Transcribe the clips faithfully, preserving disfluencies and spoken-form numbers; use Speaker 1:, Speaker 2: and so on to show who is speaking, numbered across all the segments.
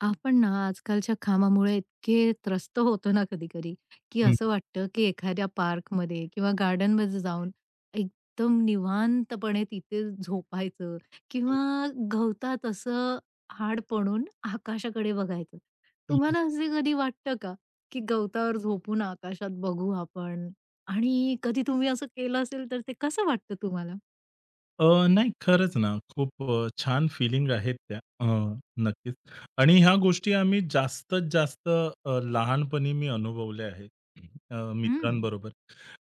Speaker 1: आपण ना आजकालच्या कामामुळे इतके त्रस्त होतो ना कधी-कधी, की
Speaker 2: हं,
Speaker 1: असं वाटतं की एखाद्या पार्कमध्ये किंवा गार्डनमध्ये जाऊन एकदम निवांतपणे तिथे झोपायचं
Speaker 2: हं,
Speaker 1: किंवा गवतात असं हाड पडून आकाशाकडे बघायचं.
Speaker 2: हं, हं.
Speaker 1: तुम्हाला असे कधी वाटतं का, की गवतावर झोपून आकाशात बघू आपण? आणि कधी तुम्ही असं केलं असेल तर ते कसं वाटतं तुम्हाला?
Speaker 2: अ, नाही खरंच ना, खूप अ, छान फिलिंग आहेत त्या. अ, नक्कीच आणि ह्या गोष्टी आम्ही जास्तीत जास्त अ, लहानपणी मी अनुभवल्या आहेत अ,
Speaker 1: हं.
Speaker 2: मित्रांबरोबर.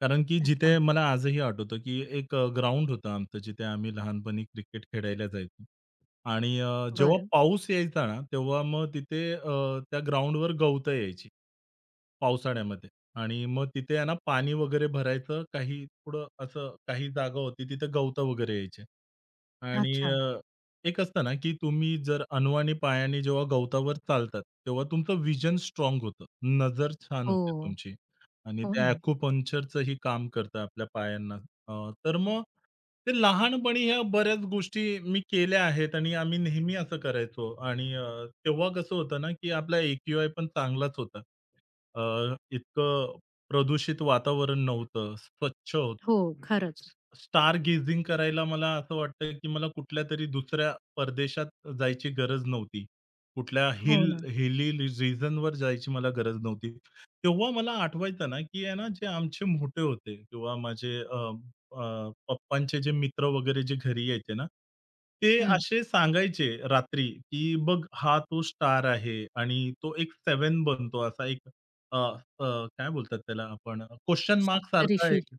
Speaker 2: कारण की
Speaker 1: अच्छा.
Speaker 2: जिथे मला आजही आठवतं, की एक अ, ग्राउंड होतं आमचं, जिथे आम्ही लहानपणी क्रिकेट खेळायला जायचो आणि अ, जेव्हा
Speaker 1: बरं.
Speaker 2: पाऊस यायचा ना, तेव्हा मग तिथे अ, त्या ग्राउंडवर गवतं यायची. पावसाळ्यामध्ये आणि मग तिथे आहे ना पाणी वगैरे भरायचं काही थोडं असं काही जागा होती तिथे गवतं वगैरे यायचे. आणि
Speaker 1: अच्छा.
Speaker 2: अ, एक असतं ना, की तुम्ही जर अनवाणी पायाने जेव्हा गवतावर चालतात, तेव्हा तुमचं विजन स्ट्राँग होतं. नजर छान होते
Speaker 1: हो.
Speaker 2: तुमची आणि
Speaker 1: हो
Speaker 2: ते
Speaker 1: ना.
Speaker 2: अॅक्युपंक्चरचंही काम करतं आपल्या पायांना. अ, तर मग ते लहानपणी ह्या बऱ्याच गोष्टी मी केल्या आहेत आणि आम्ही नेहमी असं करायचो आणि अ, तेव्हा कसं होतं ना, की आपला ए क्यू पण चांगलाच होता. अ, इतकं प्रदूषित वातावरण नव्हतं, स्वच्छ होतं.
Speaker 1: हो, खरंच.
Speaker 2: स्टार गेजिंग करायला मला असं वाटतं, की मला कुठल्यातरी दुसऱ्या परदेशात जायची गरज नव्हती. कुठल्या
Speaker 1: हो
Speaker 2: हिल
Speaker 1: ना.
Speaker 2: हिली रिजनवर जायची मला गरज नव्हती. तेव्हा मला आठवायचं ना, की आहे ना, जे आमचे मोठे होते किंवा माझे अ, पप्पांचे जे मित्र वगैरे जे घरी यायचे ना, ते
Speaker 1: हं.
Speaker 2: असे सांगायचे रात्री, की "बघ हा तो स्टार आहे आणि तो एक सात बनतो." असा एक अ, अ, काय बोलतात त्याला आपण क्वेशन मार्क सारखा
Speaker 1: सप्तऋषी.
Speaker 2: एक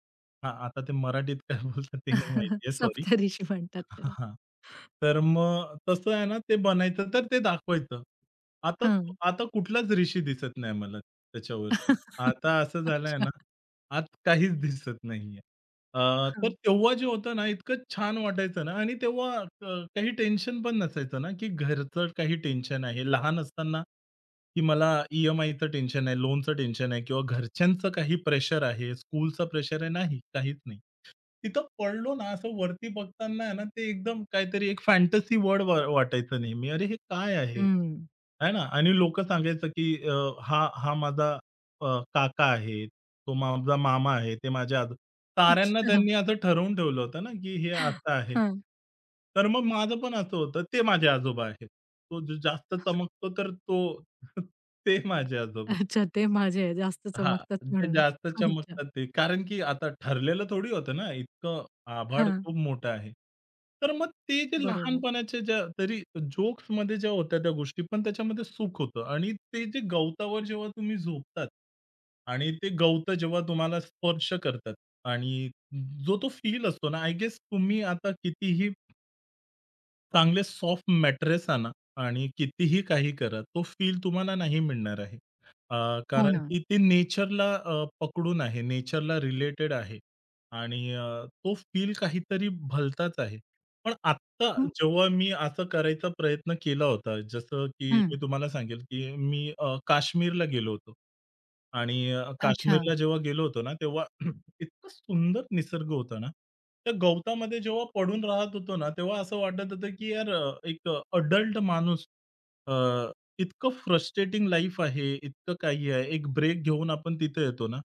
Speaker 2: हां, आता ते मराठीत काय बोलतात ते नाही माहिती आहे सॉरी.
Speaker 1: सप्तऋषी म्हणतात
Speaker 2: हां,
Speaker 1: त्याला.
Speaker 2: हां. तर मग तसं आहे ना ते बनायचं तर ते दाखवायचं. आता तो-
Speaker 1: हां.
Speaker 2: आता कुठलाच ऋषी दिसत नाही मला त्याच्यावरती. आता असं झालंय
Speaker 1: अच्छा.
Speaker 2: ना, आत काहीच दिसत नाहीये. अ, तर
Speaker 1: हां.
Speaker 2: तेव्हा जे होतं ना, इतकं छान वाटायचं ना आणि तेव्हा अ, काही टेन्शन पण नसायचं ना, की घरचं काही टेन्शन आहे. लहान असताना, की मला ई-एम-आयचं टेन्शन आहे, लोनचं टेन्शन आहे किंवा घरच्यांचं काही प्रेशर आहे, स्कूलचं प्रेशर आहे. नाही, काहीच नाही. तिथं पडलो ना, असं वरती बघताना आहे ना, ते एकदम काहीतरी एक फॅन्टसी वर्ल्ड वाटायचं नेहमी. अरे, हे काय आहे?
Speaker 1: हं.
Speaker 2: आहे ना? आणि लोकं सांगायचं, की अ, हा हा माझा अ, काका आहेत, तो माझा मामा आहे, ते माझे आजो साऱ्यांना
Speaker 1: अच्छा.
Speaker 2: त्यांनी असं ठरवून ठेवलं होतं ना, की हे असं आहे.
Speaker 1: हां.
Speaker 2: तर मग माझं पण असं होतं, ते माझे आजोबा आहेत. तो जो जास्त चमकतो तर तो ते माझे आजोबा.
Speaker 1: अच्छा ते माझे जास्त
Speaker 2: हां,
Speaker 1: चमकतात
Speaker 2: ते
Speaker 1: म्हणून.
Speaker 2: जास्त
Speaker 1: अच्छा.
Speaker 2: चमकतात ते. कारण की आता ठरलेलं थोडी होतं ना, इतकं आभाळ
Speaker 1: हां.
Speaker 2: खूप मोठं आहे. तर मग ते जे
Speaker 1: बरोबर.
Speaker 2: लहानपणाच्या ज्या तरी जोक्समध्ये ज्या होत्या त्या गोष्टी, पण त्याच्यामध्ये सुख होतं आणि ते जे गवतावर जेव्हा तुम्ही झोपतात आणि ते गवतं जेव्हा तुम्हाला स्पर्श करतात आणि जो तो फील असतो ना, आय गेस तुम्ही आता कितीही चांगले सॉफ्ट मॅट्रेस आणा आणि कितीही काही करा, तो फील तुम्हाला नाही मिळणार आहे. अ,
Speaker 1: हो
Speaker 2: कारण
Speaker 1: ना.
Speaker 2: की ते नेचरला अ, पकडून आहे, नेचरला रिलेटेड आहे आणि अ, तो फील काहीतरी भलताच आहे. पण आत्ता
Speaker 1: हं.
Speaker 2: जेव्हा मी असं करायचा प्रयत्न केला होता, जसं की
Speaker 1: हं.
Speaker 2: मी तुम्हाला सांगेल, की मी अ, काश्मीरला गेलो होतो आणि अ,
Speaker 1: अच्छा.
Speaker 2: काश्मीरला जेव्हा गेलो होतो ना, तेव्हा इतकं सुंदर निसर्ग होता ना, त्या गवतामध्ये जेव्हा पडून राहत होतो ना, तेव्हा असं वाटत होतं, की यार अ, एक अडल्ट माणूस इतकं फ्रस्ट्रेटिंग लाईफ आहे, इतकं काही आहे. एक ब्रेक घेऊन आपण तिथे येतो ना,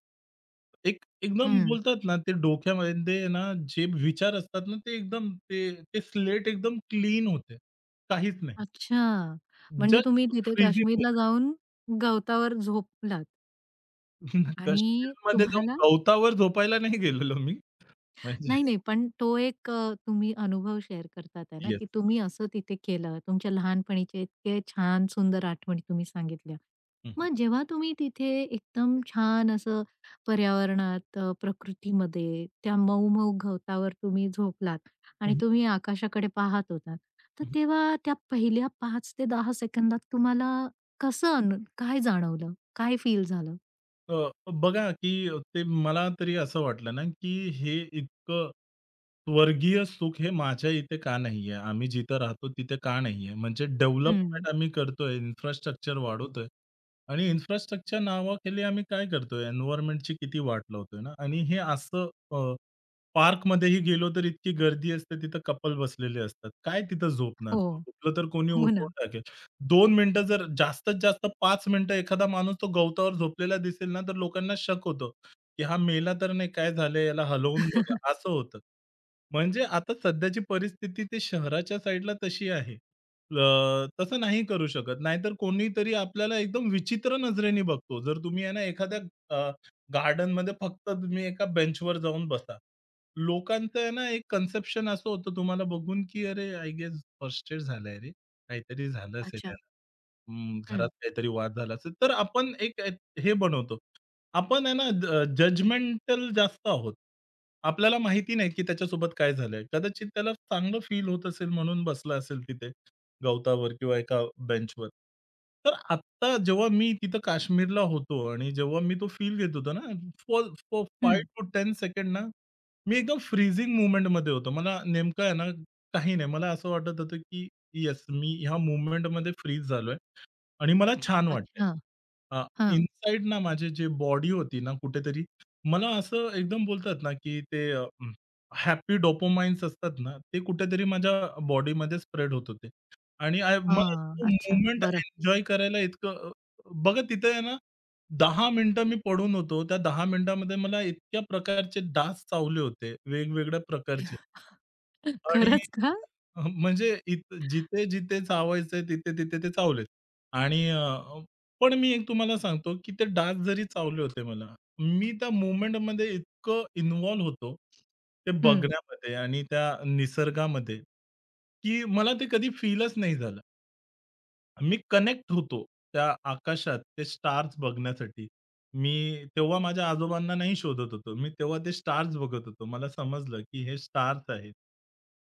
Speaker 2: एक एकदम
Speaker 1: हं.
Speaker 2: बोलतात ना, ते डोक्यामध्ये ना जे विचार असतात ना, ते एकदम ते ते स्लेट एकदम क्लीन होते. काहीच नाही.
Speaker 1: अच्छा. म्हणजे तुम्ही
Speaker 2: जस्ट
Speaker 1: तिथे
Speaker 2: फ्रीझिंग
Speaker 1: काश्मीरला
Speaker 2: मोमेंट.
Speaker 1: जाऊन गवतावर झोपलात आणि
Speaker 2: काश्मीरमध्ये जाऊन
Speaker 1: तुम्हाला
Speaker 2: गवतावर झोपायला नाही गेलेलो मी. म्हणजे
Speaker 1: नाही, नाही. पण तो एक अ, तुम्ही अनुभव शेअर करतात आहे ना,
Speaker 2: येस.
Speaker 1: की तुम्ही असं तिथे केलं. तुमच्या लहानपणीचे इतके छान सुंदर आठवणी तुम्ही सांगितल्या. मग जेव्हा तुम्ही तिथे एकदम छान असं पर्यावरणात अ, प्रकृतीमध्ये त्या मऊ-मऊ गवतावर तुम्ही झोपलात आणि तुम्ही आकाशाकडे पाहत होतात. तर तेव्हा त्या पहिल्या पाच ते दहा सेकंदात तुम्हाला कसं अनु काय जाणवलं? काय फील झालं?
Speaker 2: अ, बघा, की ते मला तरी असं वाटलं ना, की हे इतकं स्वर्गीय सुख हे माझ्या इथे का नाहीये? आम्ही जिथं राहतो तिथे का नाहीये? म्हणजे
Speaker 1: हं.
Speaker 2: डेव्हलपमेंट आम्ही करतोय, इन्फ्रास्ट्रक्चर वाढवतोय आणि इन्फ्रास्ट्रक्चर नावाखाली आम्ही काय करतोय? एन्व्हायर्नमेंटची किती वाट लावतोय ना आणि हे असं अ, पार्कमध्येही गेलो तर इतकी गर्दी असते, तिथं कपल बसलेले असतात. काय तिथं झोपणार?
Speaker 1: हो.
Speaker 2: झोपलं तर कोणी
Speaker 1: हो
Speaker 2: उठवून
Speaker 1: ना.
Speaker 2: टाकेल. दोन मिनिटं जर जास्तीत जास्त पाच मिनिटं एखादा माणूस तो गवतावर झोपलेला दिसेल ना, तर लोकांना शक होतो, की हा मेला तर नाही, काय झालंय याला हलवून बघा, असं होतं. म्हणजे आता सध्याची परिस्थिती ते शहराच्या साईडला तशी आहे. अ, तसं नाही करू शकत. नाहीतर कोणीतरी आपल्याला एकदम विचित्र नजरेने बघतो. जर तुम्ही आहे ना, एखाद्या अ, गार्डनमध्ये फक्त तुम्ही एका बेंचवर जाऊन बसा. लोकांचं आहे ना, एक कन्सेप्शन असं होतं तुम्हाला बघून, की "अरे, आय गेस फ्रस्ट्रेट झालाय रे." काहीतरी झालं असेल
Speaker 1: अच्छा.
Speaker 2: याला. हं,
Speaker 1: हं,
Speaker 2: घरात काहीतरी वाद झाला असेल. तर आपण एक एक हे बनवतो. आपण आहे ना ज जजमेंटल जास्त आहोत. आपल्याला माहिती नाही की त्याच्यासोबत काय झालंय. कदाचित त्याला चांगलं फील होत असेल म्हणून बसला असेल तिथे गवतावर किंवा एका बेंचवर. तर आत्ता जेव्हा मी तिथं काश्मीरला होतो आणि जेव्हा मी तो फील घेत होतो ना, फॉर फॉर पाच
Speaker 1: हं.
Speaker 2: to दहा सेकंड ना, मी एकदम फ्रीझिंग मोमेंटमध्ये होतो. मला नेमकं आहे ना, काही नाही. मला असं वाटत होतं की येस, मी ह्या मूव्हमेंटमध्ये फ्रीज झालोय आणि मला हं. छान वाटतंय.
Speaker 1: अच्छा. हां.
Speaker 2: इनसाइड ना माझे जे बॉडी होती ना कुठेतरी मला असं एकदम बोलतात ना, की ते अ, हॅपी डोपामाइन्स असतात ना, ते कुठेतरी माझ्या बॉडीमध्ये स्प्रेड होत होते आणि आय मला
Speaker 1: हां.
Speaker 2: तो
Speaker 1: अच्छा.
Speaker 2: मूव्हमेंट
Speaker 1: बरं.
Speaker 2: एन्जॉय करायला इतकं अ, बघा तिथे आहे ना, दहा मिनिटं मी पडून होतो. त्या दहा मिनिटामध्ये मला इतक्या प्रकारचे डास चावले होते, वेगवेगळ्या प्रकारचे. आणि
Speaker 1: खरंच का?
Speaker 2: अ, म्हणजे इत जिथे-जिथे चावायचंय तिथे-तिथे ते चावलेत. आणि अ, पण मी एक तुम्हाला सांगतो, की ते डास जरी चावले होते मला, मी त्या मूव्हमेंटमध्ये इतकं इन्व्हॉल्व होतो, ते
Speaker 1: हं.
Speaker 2: बघण्यामध्ये आणि त्या निसर्गामध्ये, की मला ते कधी फीलच नाही झालं. मी कनेक्ट होतो त्या आकाशात ते स्टार्स बघण्यासाठी. मी तेव्हा माझ्या आजोबांना नाही शोधत होतो. मी तेव्हा ते स्टार्स बघत होतो. मला समजलं, की हे स्टार्स आहेत.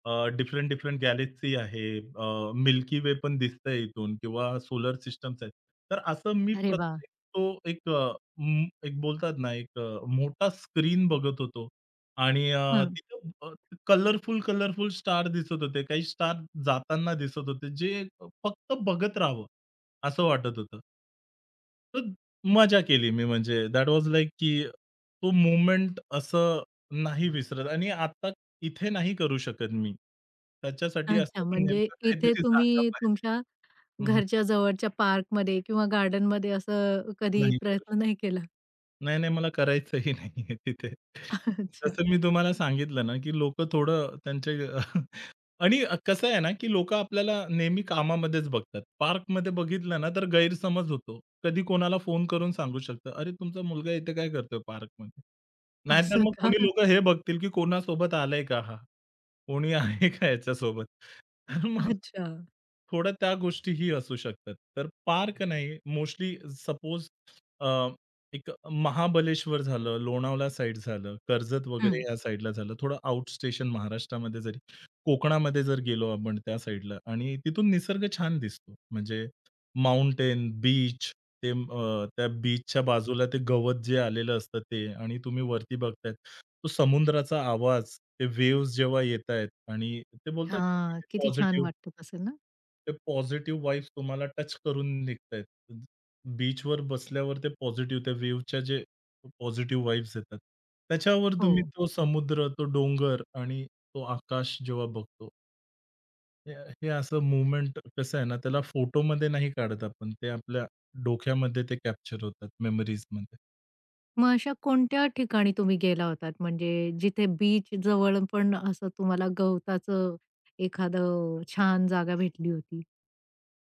Speaker 2: अ, डिफरंट, डिफरंट गॅलेक्सी आहे. मिल्की वे पण दिसतंय इथून किंवा सोलर सिस्टम्स आहेत. तर असं मी
Speaker 1: अरे वाह!
Speaker 2: प्रत्येक तो एक अ, म एक बोलतात ना, एक अ, मोठा स्क्रीन बघत होतो आणि अ,
Speaker 1: हं.
Speaker 2: तिथं अ, कलरफुल, कलरफुल स्टार दिसत होते. काही स्टार जाताना दिसत होते, जे फक्त बघत राहावं, असं वाटत होतं. तर मजा केली मी म्हणजे दॅट वॉज लाइक की तो मोमेंट असं नाही विसरत आणि आता इथे नाही करू शकत मी. त्याच्यासाठी असं
Speaker 1: अच्छा.
Speaker 2: की
Speaker 1: म्हणजे
Speaker 2: नेमकं
Speaker 1: इथे
Speaker 2: काहीतरी जागा
Speaker 1: तुम्ही
Speaker 2: पाहिजे.
Speaker 1: तुमच्या
Speaker 2: हं, हं.
Speaker 1: घरच्या जवळच्या पार्कमध्ये किंवा गार्डनमध्ये असं कधी
Speaker 2: नाही करू शकत.
Speaker 1: प्रयत्न नाही केला?
Speaker 2: नाही, नाही मला करायचंही नाहीये तिथे.
Speaker 1: अच्छा.
Speaker 2: जसं मी तुम्हाला सांगितलं ना, की लोकं थोडं त्यांचे आणि कसं आहे ना, की लोकं आपल्याला नेहमी कामामध्येच बघतात. पार्कमध्ये बघितलं ना, तर गैरसमज होतो. कधी कोणाला फोन करून सांगू शकतं, "अरे, तुमचा मुलगा इथे काय करतोय पार्कमध्ये?" नाहीतर
Speaker 1: असं
Speaker 2: मग
Speaker 1: का?
Speaker 2: कोणी लोकं हे बघतील, की कोणासोबत आलाय का हा? कोणी आहे का याच्यासोबत? तर मग
Speaker 1: अच्छा.
Speaker 2: थोड्या त्या गोष्टीही असू शकतात. तर पार्क नाही, मोस्टली सपोज एक महाबलेश्वर झालं, लोणावळा साइड झालं, कर्जत वगैरे
Speaker 1: हं.
Speaker 2: या साइडला झालं. थोडं आउट स्टेशन महाराष्ट्रामध्ये जरी कोकणामध्ये जर गेलो आपण त्या साइडला आणि तिथून निसर्ग छान दिसतो. म्हणजे माउंटेन, बीच ते अ, त्या बीचच्या बाजूला ते गवत जे आलेलं असतं ते आणि तुम्ही वरती बघताय. तो समुद्राचा आवाज, ते वेव्हज जेव्हा येतायत आणि ते बोलतात ना, की
Speaker 1: हां.
Speaker 2: ते
Speaker 1: किती छान
Speaker 2: पॉझिटिव्ह
Speaker 1: वाटत असेल ना?
Speaker 2: ते पॉझिटिव्ह वाइब्स तुम्हाला टच करून निघतायत. बीचवर बसल्यावर ते पॉझिटिव्ह त्या वेव्हच्या जे पॉझिटिव्ह वाइब्स येतात. त्याच्यावर
Speaker 1: हो.
Speaker 2: तुम्ही तो समुद्र, तो डोंगर आणि तो आकाश जेव्हा बघतो. हे हे असं मूव्हमेंट कसं आहे ना, त्याला फोटोमध्ये नाही काढत आपण. ते आपल्या डोक्यामध्ये ते कॅप्चर होतात मेमरीजमध्ये.
Speaker 1: मग अशा कोणत्या ठिकाणी तुम्ही गेला होतात? म्हणजे जिथे बीच जवळ पण असं तुम्हाला गवताचं एखादं छान जागा भेटली होती?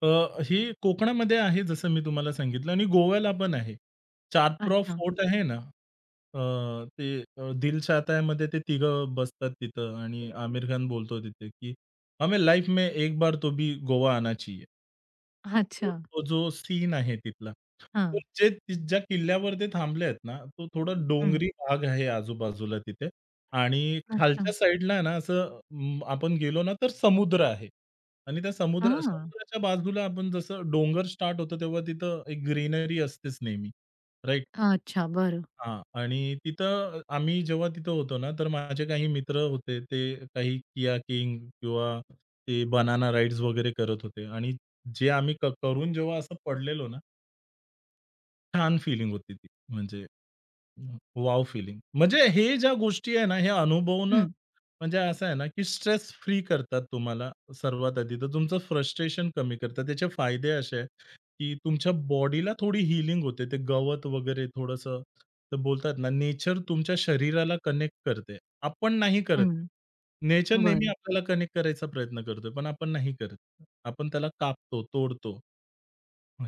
Speaker 2: अ, ही कोकणामध्ये आहे जसं मी तुम्हाला सांगितलं आणि गोव्याला पण आहे. चातप्रॉ
Speaker 1: अच्छा.
Speaker 2: फोर्ट आहे ना, अ, ते अ, दिल चाहता है मध्ये ते तिघं बसतात तिथं आणि आमिर खान बोलतो तिथे, की "हमें लाईफ में एक बार तो भी गोवा आना चाहिए." तो
Speaker 1: अच्छा.
Speaker 2: तो जो सीन आहे तिथला. तर
Speaker 1: हां.
Speaker 2: जे ती ज्या किल्ल्यावर ते थांबले आहेत ना, तो थोडा
Speaker 1: हं.
Speaker 2: डोंगरी भाग आहे आजूबाजूला तिथे आणि खालच्या
Speaker 1: अच्छा.
Speaker 2: साईडला आहे ना, असं अं, आपण गेलो ना, तर समुद्र आहे आणि त्या समुद्र
Speaker 1: हां.
Speaker 2: समुद्राच्या बाजूला आपण जसं डोंगर स्टार्ट होतो, तेव्हा तिथं एक ग्रीनरी असतेच नेहमी, राइट?
Speaker 1: अच्छा, बरं.
Speaker 2: हां. आणि तिथं आम्ही जेव्हा तिथं होतो ना, तर माझे काही मित्र होते. ते काही किया King किंवा ते बनाना राईड्स वगैरे करत होते आणि जे आम्ही क करून जेव्हा असं पडलेलो ना, छान फीलिंग होती ती म्हणजे वाव फिलिंग, म्हणजे हे ज्या गोष्टी आहे ना, हे अनुभवणं
Speaker 1: हं.
Speaker 2: म्हणजे असं आहे ना, की स्ट्रेस फ्री करतात तुम्हाला सर्वात आधी. तर तुमचं फ्रस्ट्रेशन कमी करतात. त्याचे फायदे असे आहेत, की तुमच्या बॉडीला थोडी हीलिंग होते. ते गवत वगैरे थोडंसं तर बोलतात ना, नेचर तुमच्या शरीराला कनेक्ट करते. आपण नाही करत.
Speaker 1: हं.
Speaker 2: नेचर नेहमी
Speaker 1: बरं.
Speaker 2: आपल्याला कनेक्ट करायचा प्रयत्न करतोय, पण आपण नाही करत. आपण त्याला कापतो, तोडतो.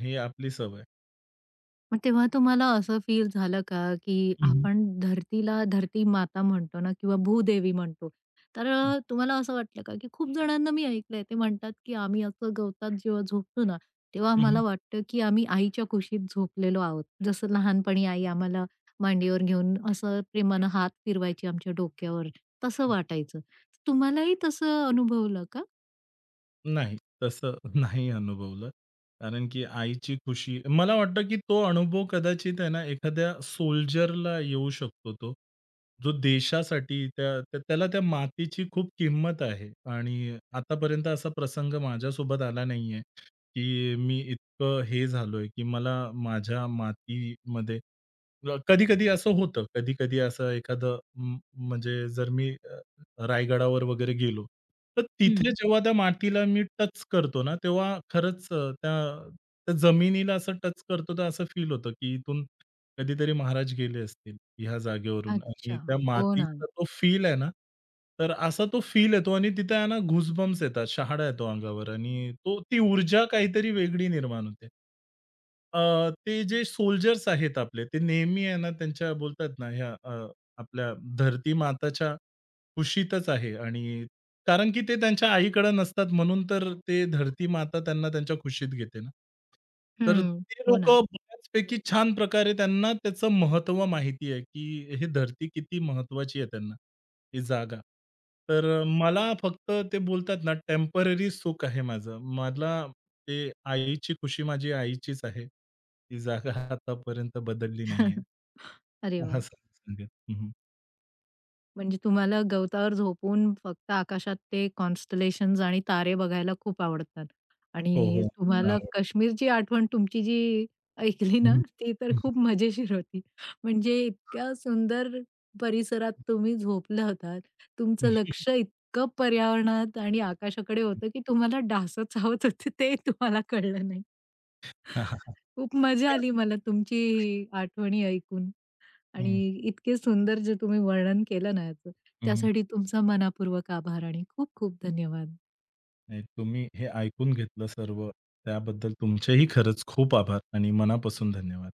Speaker 2: हे आपली सवय.
Speaker 1: मग तेव्हा तुम्हाला असं फील झालं का, की
Speaker 2: हं,
Speaker 1: आपण धरतीला धरती माता म्हणतो ना किंवा भूदेवी म्हणतो. तर
Speaker 2: हं.
Speaker 1: अ, तुम्हाला असं वाटलं का, की खूप जणांना मी ऐकलंय ते म्हणतात, की आम्ही असं गवतात जेव्हा झोपतो ना, तेव्हा आम्हाला वाटतं, की आम्ही आईच्या कुशीत झोपलेलो आहोत. जसं लहानपणी आई आम्हाला मांडीवर घेऊन असं प्रेमानं हात फिरवायची आमच्या डोक्यावर, तसं वाटायचं. तुम्हालाही तसं अनुभवलं का?
Speaker 2: नाही, तसं नाही अनुभवलं. कारण की आईची खुशी मला वाटतं की तो अनुभव कदाचित आहे ना, एखाद्या सोल्जरला येऊ शकतो तो. जो देशासाठी त्या त्या त्याला त्या मातीची खूप किंमत आहे आणि आतापर्यंत असा प्रसंग माझ्यासोबत आला नाहीये, की मी इतकं हे झालोय, की मला माझ्या मातीमध्ये कधी-कधी असं होतं. कधी-कधी असं एखादं म म्हणजे जर मी रायगडावर वगैरे गेलो. तर
Speaker 1: हं.
Speaker 2: तिथे जेव्हा त्या मातीला मी टच करतो ना, तेव्हा खरंच अ, त्या त्या जमिनीला असं टच करतो तर असं फील होतं, की इथून कधीतरी महाराज गेले असतील ह्या जागेवरून आणि
Speaker 1: अच्छा.
Speaker 2: त्या
Speaker 1: हो ना.
Speaker 2: मातीचा तो फील आहे ना, तर असा तो फील येतो आणि तिथे आहे ना घूसबम्प्स येतात, शहाडा येतो अंगावर आणि तो ती ऊर्जा काहीतरी वेगळी निर्माण होते. अ, ते जे सोल्जर्स आहेत आपले, ते नेहमी आहे ना त्यांच्या बोलतात ना ह्या अ, आपल्या धरती माताच्या कुशीतच आहे आणि कारण की ते त्यांच्या आईकडं नसतात म्हणून तर ते धरती माता त्यांना त्यांच्या कुशीत घेते ना. तर
Speaker 1: हं.
Speaker 2: ते
Speaker 1: हो ना.
Speaker 2: लोकं बऱ्याचपैकी छान प्रकारे त्यांना त्याचं महत्त्व माहिती आहे, की हे धरती किती महत्त्वाची आहे त्यांना, ही जागा. तर मला फक्त ते बोलतात ना टेम्पररी सुख आहे माझं. मला ते आईची खुशी माझी आईचीच आहे. ती जागा आतापर्यंत बदलली नाहीये.
Speaker 1: अरे वाह!
Speaker 2: असं सांगेल. हं,
Speaker 1: म्हणजे तुम्हाला गवतावर झोपून फक्त आकाशात ते कॉन्स्टलेशन्स आणि तारे बघायला खूप आवडतात
Speaker 2: हो,
Speaker 1: आणि
Speaker 2: हो. मला
Speaker 1: तुम्हाला
Speaker 2: आवडतं.
Speaker 1: काश्मीरची आठवण तुमची जी ऐकली ना,
Speaker 2: हं, हं.
Speaker 1: ती तर खूप मजेशीर होती. म्हणजे इतक्या सुंदर परिसरात तुम्ही झोपल्या होतात. तुमचं लक्ष इतकं पर्यावरणात आणि आकाशाकडे होतं, की तुम्हाला डासच चावत होते ते तुम्हाला कळलं नाही.
Speaker 2: हं,
Speaker 1: खूप मजा आली मला तुमची ही आठवणी ऐकून आणि इतके सुंदर जे तुम्ही वर्णन केलं ना याचं,
Speaker 2: हं, हं.
Speaker 1: त्यासाठी तुमचा मनापूर्वक आभार आणि खूप खूप धन्यवाद.
Speaker 2: नाही तुम्ही हे ऐकून घेतलं सर्व, त्याबद्दल तुमचेही खरंच खूप आभार आणि मनापासून धन्यवाद.